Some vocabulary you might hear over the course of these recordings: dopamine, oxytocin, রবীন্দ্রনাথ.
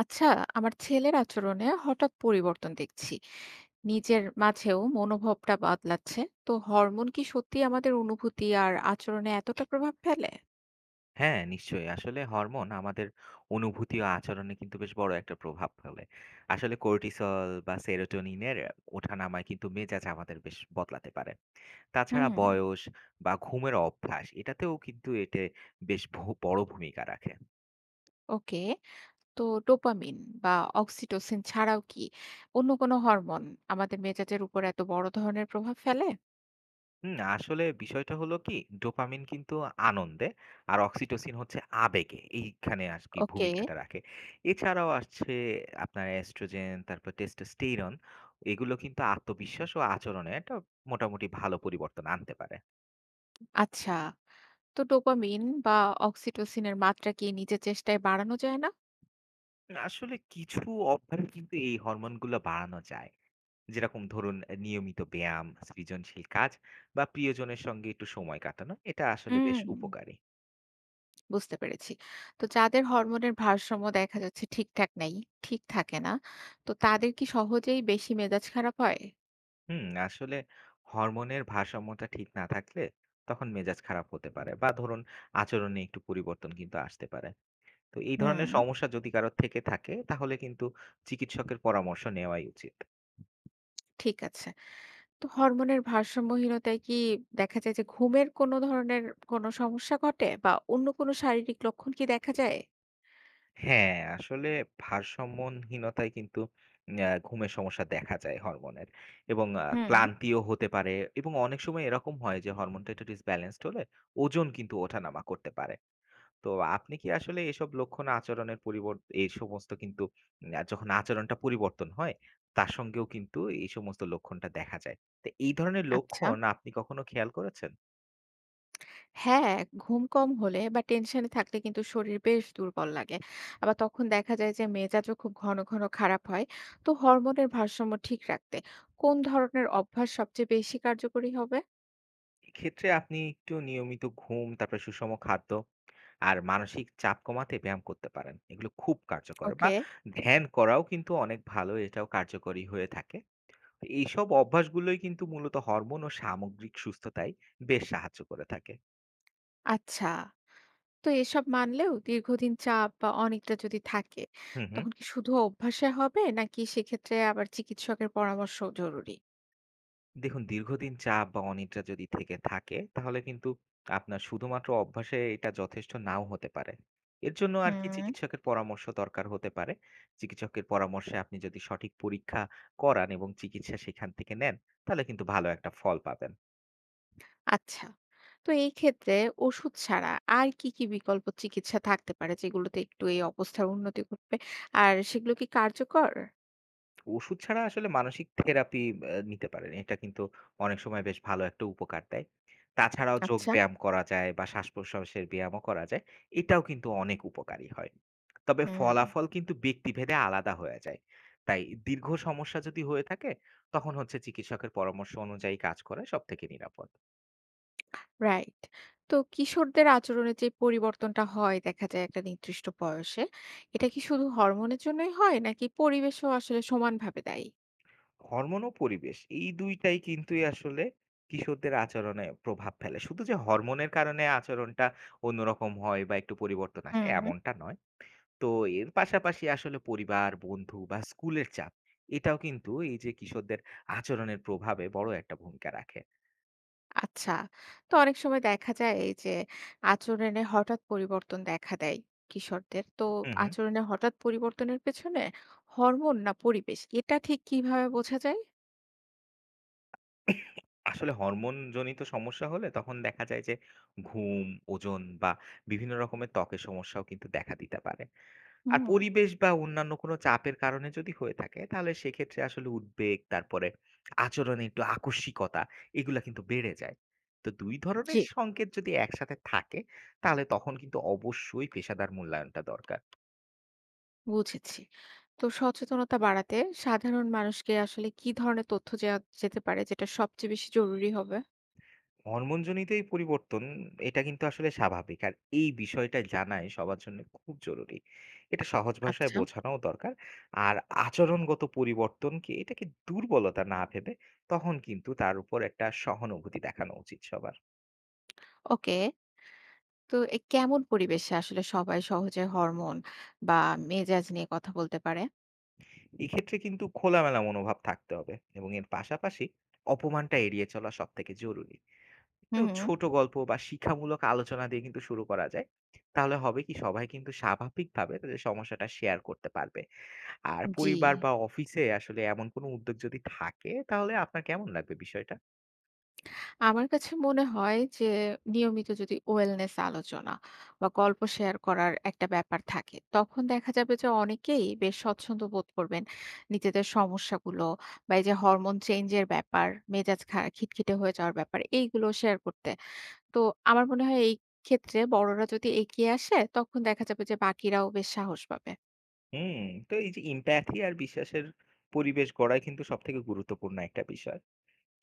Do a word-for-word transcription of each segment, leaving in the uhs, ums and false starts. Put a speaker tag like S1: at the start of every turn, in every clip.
S1: আচ্ছা, আমার ছেলের আচরণে হঠাৎ পরিবর্তন দেখছি। নিজের মাঝেও মনোভাবটা বদলাচ্ছে। তো হরমোন কি সত্যি আমাদের অনুভূতি আর আচরণে এতটা প্রভাব ফেলে?
S2: হ্যাঁ, নিশ্চয়ই। আসলে হরমোন আমাদের অনুভূতি ও আচরণে কিন্তু বেশ বড় একটা প্রভাব ফেলে। আসলে কর্টিসল বা সেরোটোনিনের ওঠানামায় কিন্তু মেজাজ আমাদের বেশ বদলাতে পারে। তাছাড়া
S1: হুম।
S2: বয়স বা ঘুমের অভ্যাস এটাতেও কিন্তু এতে বেশ ভো বড় ভূমিকা রাখে।
S1: ওকে। তো ডোপামিন বা অক্সিটোসিন ছাড়াও কি অন্য কোনো হরমোন আমাদের মেজাজের উপর এত বড় ধরনের প্রভাব ফেলে?
S2: হুম, আসলে বিষয়টা হলো কি, ডোপামিন কিন্তু আনন্দে আর অক্সিটোসিন হচ্ছে আবেগে এইখানে আর কি
S1: ওকে।
S2: ভূমিকাটা রাখে। এছাড়াও আসছে আপনার অ্যাস্ট্রোজেন তারপর টেস্টোস্টেরন, এগুলো কিন্তু আত্মবিশ্বাস ও আচরণে একটা মোটামুটি ভালো পরিবর্তন আনতে পারে।
S1: আচ্ছা, তো ডোপামিন বা অক্সিটোসিনের মাত্রা কি নিজের চেষ্টায় বাড়ানো যায় না?
S2: আসলে কিছু অভ্যাস কিন্তু এই হরমোনগুলো বাড়ানো যায়। যেরকম ধরুন, নিয়মিত ব্যায়াম, সৃজনশীল কাজ বা প্রিয়জনের সঙ্গে একটু সময় কাটানো, এটা আসলে বেশ
S1: হুম,
S2: উপকারী।
S1: বুঝতে পেরেছি। তো যাদের হরমোনের ভারসাম্য দেখা যাচ্ছে ঠিকঠাক নেই, ঠিক থাকে না, তো তাদের কি সহজেই বেশি মেজাজ খারাপ হয়?
S2: হুম, আসলে হরমোনের ভারসাম্যটা ঠিক না থাকলে তখন মেজাজ খারাপ হতে পারে, বা ধরুন আচরণে একটু পরিবর্তন কিন্তু আসতে পারে। তো এই ধরনের
S1: হুম।
S2: সমস্যা যদি কারোর থেকে থাকে, তাহলে কিন্তু চিকিৎসকের পরামর্শ নেওয়াই উচিত।
S1: ঠিক আছে। তো হরমোনের ভারসাম্যহীনতায় কি দেখা যায় যে ঘুমের কোনো ধরনের কোনো সমস্যা ঘটে বা অন্য কোনো শারীরিক লক্ষণ কি দেখা যায়?
S2: হ্যাঁ, আসলে ভারসাম্যহীনতায় কিন্তু আহ, ঘুমের সমস্যা দেখা যায় হরমোনের, এবং আহ,
S1: হুম।
S2: ক্লান্তিও হতে পারে। এবং অনেক সময় এরকম হয় যে হরমোনটা একটু ডিসব্যালেন্সড হলে ওজন কিন্তু ওঠানামা করতে পারে। তো আপনি কি আসলে এসব লক্ষণ আচরণের পরিবর এই সমস্ত কিন্তু উম আ যখন আচরণটা পরিবর্তন হয়, তার সঙ্গেও কিন্তু এই সমস্ত লক্ষণটা দেখা যায়। তো এই ধরনের
S1: আচ্ছা।
S2: লক্ষণ আপনি কখনো খেয়াল করেছেন?
S1: হ্যাঁ, ঘুম কম হলে বা টেনশন এ থাকলে কিন্তু শরীর বেশ দুর্বল লাগে। আবার তখন দেখা যায় যে মেজাজও খুব ঘন, ঘন খারাপ হয়। তো হরমোনের ভারসাম্য ঠিক রাখতে কোন ধরনের অভ্যাস সবচেয়ে বেশি কার্যকরী হবে?
S2: এক্ষেত্রে আপনি একটু নিয়মিত ঘুম, তারপরে সুষম খাদ্য আর মানসিক চাপ কমাতে ব্যায়াম করতে পারেন। এগুলো খুব কার্যকর। বা
S1: ওকে।
S2: ধ্যান করাও কিন্তু অনেক ভালো, এটাও কার্যকরী হয়ে থাকে। তো এইসব অভ্যাসগুলোই কিন্তু মূলত হরমোন ও সামগ্রিক সুস্থতায় বেশ সাহায্য করে থাকে।
S1: আচ্ছা, তো এসব মানলেও দীর্ঘদিন চাপ বা অনিদ্রা যদি থাকে,
S2: হুম, হুম।
S1: তখন কি শুধু অভ্যাসে হবে নাকি সেক্ষেত্রে আবার চিকিৎসকের পরামর্শও জরুরি?
S2: দেখুন, দীর্ঘদিন চাপ বা অনিদ্রা যদি থেকে থাকে তাহলে কিন্তু আপনার শুধুমাত্র অভ্যাসে এটা যথেষ্ট নাও হতে পারে। এর জন্য আর কি
S1: হুম।
S2: চিকিৎসকের পরামর্শ দরকার হতে পারে। চিকিৎসকের পরামর্শে আপনি যদি সঠিক পরীক্ষা করান এবং চিকিৎসা সেখান থেকে নেন, তাহলে কিন্তু ভালো একটা ফল পাবেন।
S1: আচ্ছা। তো এই ক্ষেত্রে ওষুধ ছাড়া আর কি, কি বিকল্প চিকিৎসা থাকতে পারে যেগুলোতে একটু এই অবস্থার উন্নতি ঘটবে? আর সেগুলো কি কার্যকর?
S2: ওষুধ ছাড়া আসলে মানসিক থেরাপি আ নিতে পারেন। এটা কিন্তু অনেক সময় বেশ ভালো একটা উপকার দেয়। তাছাড়াও যোগ
S1: আচ্ছা।
S2: ব্যায়াম করা যায়, বা শ্বাস-প্রশ্বাসের ব্যায়ামও করা যায়। এটাও কিন্তু অনেক উপকারী হয়। তবে
S1: হুম।
S2: ফলাফল কিন্তু ব্যক্তিভেদে আলাদা হয়ে যায়। তাই দীর্ঘ সমস্যা যদি হয়ে থাকে, তখন হচ্ছে চিকিৎসকের পরামর্শ অনুযায়ী কাজ করা সবথেকে নিরাপদ।
S1: রাইট। তো কিশোরদের আচরণে যে পরিবর্তনটা হয় দেখা যায় একটা নির্দিষ্ট বয়সে, এটা কি শুধু হরমোনের জন্যই হয় নাকি পরিবেশও আসলে সমানভাবে দায়ী?
S2: হরমোন ও পরিবেশ এই দুই টাই কিন্তুই আসলে কিশোরদের আচরণে প্রভাব ফেলে। শুধু যে হরমোনের কারণে আচরণটা অন্যরকম হয় বা একটু পরিবর্তন আসে
S1: হুম।
S2: এমনটা নয়। তো এর পাশাপাশি আসলে পরিবার, বন্ধু বা স্কুলের চাপ, এটাও কিন্তু এই যে কিশোরদের আচরণের প্রভাবে বড় একটা ভূমিকা রাখে।
S1: আচ্ছা। তো অনেক সময় দেখা যায় এই যে আচরণে হঠাৎ পরিবর্তন দেখা দেয় কিশোরদের। তো
S2: হুম হুম
S1: আচরণে হঠাৎ পরিবর্তনের পেছনে হরমোন না পরিবেশ এটা ঠিক কিভাবে বোঝা যায়?
S2: আসলে হরমোনজনিত সমস্যা হলে তখন দেখা যায় যে ঘুম, ওজন বা বিভিন্ন রকমের ত্বকের সমস্যাও কিন্তু দেখা দিতে পারে। আর
S1: হুম,
S2: পরিবেশ বা অন্যান্য কোনো চাপের কারণে যদি হয়ে থাকে, তাহলে সেক্ষেত্রে আসলে উদ্বেগ, তারপরে আচরণে একটু আকস্মিকতা, এগুলা কিন্তু বেড়ে যায়। তো দুই ধরনের
S1: জি।
S2: সংকেত যদি একসাথে থাকে, তাহলে তখন কিন্তু অবশ্যই পেশাদার মূল্যায়নটা দরকার।
S1: বুঝেছি। তো সচেতনতা বাড়াতে সাধারণ মানুষকে আসলে কি ধরনের তথ্য দেয়া যেতে পারে যেটা সবচেয়ে বেশি জরুরি হবে?
S2: হরমোনজনিত এই পরিবর্তন, এটা কিন্তু আসলে স্বাভাবিক। আর এই বিষয়টা জানাই সবার জন্য খুব জরুরি। এটা সহজ ভাষায়
S1: আচ্ছা।
S2: বোঝানোও দরকার। আর আচরণগত পরিবর্তনকে এটাকে দুর্বলতা না ভেবে তখন কিন্তু তার উপর একটা সহানুভূতি দেখানো উচিত সবার।
S1: ওকে। তো এ কেমন পরিবেশে আসলে সবাই সহজে হরমোন বা মেজাজ নিয়ে কথা বলতে পারে?
S2: এক্ষেত্রে কিন্তু খোলামেলা মনোভাব থাকতে হবে, এবং এর পাশাপাশি অপমানটা এড়িয়ে চলা সব থেকে জরুরি। একটু
S1: হুম।
S2: ছোট গল্প বা শিক্ষামূলক আলোচনা দিয়ে কিন্তু শুরু করা যায়। তাহলে হবে কি, সবাই কিন্তু স্বাভাবিকভাবে তাদের সমস্যাটা শেয়ার করতে পারবে। আর
S1: জি।
S2: পরিবার বা অফিসে আসলে এমন কোনো উদ্যোগ যদি থাকে, তাহলে আপনার কেমন লাগবে বিষয়টা?
S1: আমার কাছে মনে হয় যে নিয়মিত যদি ওয়েলনেস আলোচনা বা গল্প শেয়ার করার একটা ব্যাপার থাকে তখন দেখা যাবে যে অনেকেই বেশ স্বচ্ছন্দ বোধ করবেন নিজেদের সমস্যাগুলো বা এই যে হরমোন চেঞ্জের ব্যাপার মেজাজ খা- খিটখিটে হয়ে যাওয়ার ব্যাপার এইগুলো শেয়ার করতে। তো আমার মনে হয় এই ক্ষেত্রে বড়রা যদি এগিয়ে আসে তখন দেখা যাবে যে বাকিরাও বেশ সাহস পাবে।
S2: হুম। তো এই যে ইম্প্যাথি আর বিশ্বাসের পরিবেশ গড়াই কিন্তু সব থেকে গুরুত্বপূর্ণ একটা বিষয়।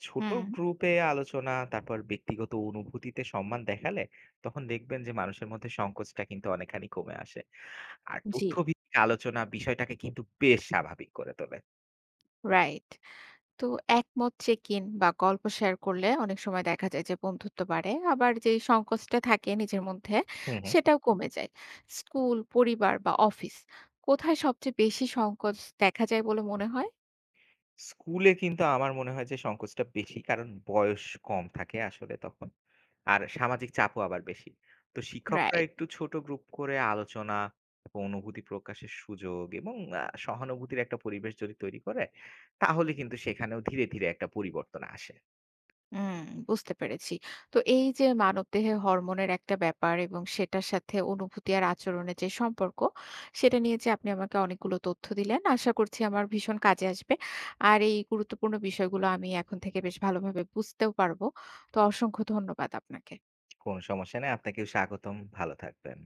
S2: ছোট
S1: হুম।
S2: গ্রুপে আলোচনা, তারপর ব্যক্তিগত অনুভূতিতে সম্মান দেখালে তখন দেখবেন যে মানুষের মধ্যে সংকোচটা কিন্তু অনেকখানি কমে আসে। আর
S1: জি।
S2: তথ্যভিত্তিক আলোচনা বিষয়টাকে কিন্তু বেশ স্বাভাবিক করে তোলে।
S1: রাইট। তো একমত চেক-ইন বা গল্প শেয়ার করলে অনেক সময় দেখা যায় যে বন্ধুত্ব বাড়ে, আবার যে সংকোচটা থাকে নিজের মধ্যে
S2: হুম, হুম।
S1: সেটাও কমে যায়। স্কুল, পরিবার বা অফিস, কোথায় সবচেয়ে বেশি সংকোচ দেখা যায় বলে মনে হয়?
S2: স্কুলে কিন্তু আমার মনে হয় যে সংকোচটা বেশি, কারণ বয়স কম থাকে আসলে তখন। আর সামাজিক চাপও আবার বেশি। তো শিক্ষকরা
S1: রাইট।
S2: একটু ছোট গ্রুপ করে আলোচনা, তারপর অনুভূতি প্রকাশের সুযোগ এবং আ সহানুভূতির একটা পরিবেশ যদি তৈরি করে, তাহলে কিন্তু সেখানেও ধীরে ধীরে একটা পরিবর্তন আসে।
S1: হুম, বুঝতে পেরেছি। তো এই যে মানবদেহে হরমোনের একটা ব্যাপার এবং সেটার সাথে অনুভূতি আর আচরণের যে সম্পর্ক, সেটা নিয়ে যে আপনি আমাকে অনেকগুলো তথ্য দিলেন, আশা করছি আমার ভীষণ কাজে আসবে। আর এই গুরুত্বপূর্ণ বিষয়গুলো আমি এখন থেকে বেশ ভালোভাবে বুঝতেও পারবো। তো অসংখ্য ধন্যবাদ আপনাকে।
S2: কোনো সমস্যা নেই। আপনাকেও স্বাগতম। ভালো থাকবেন।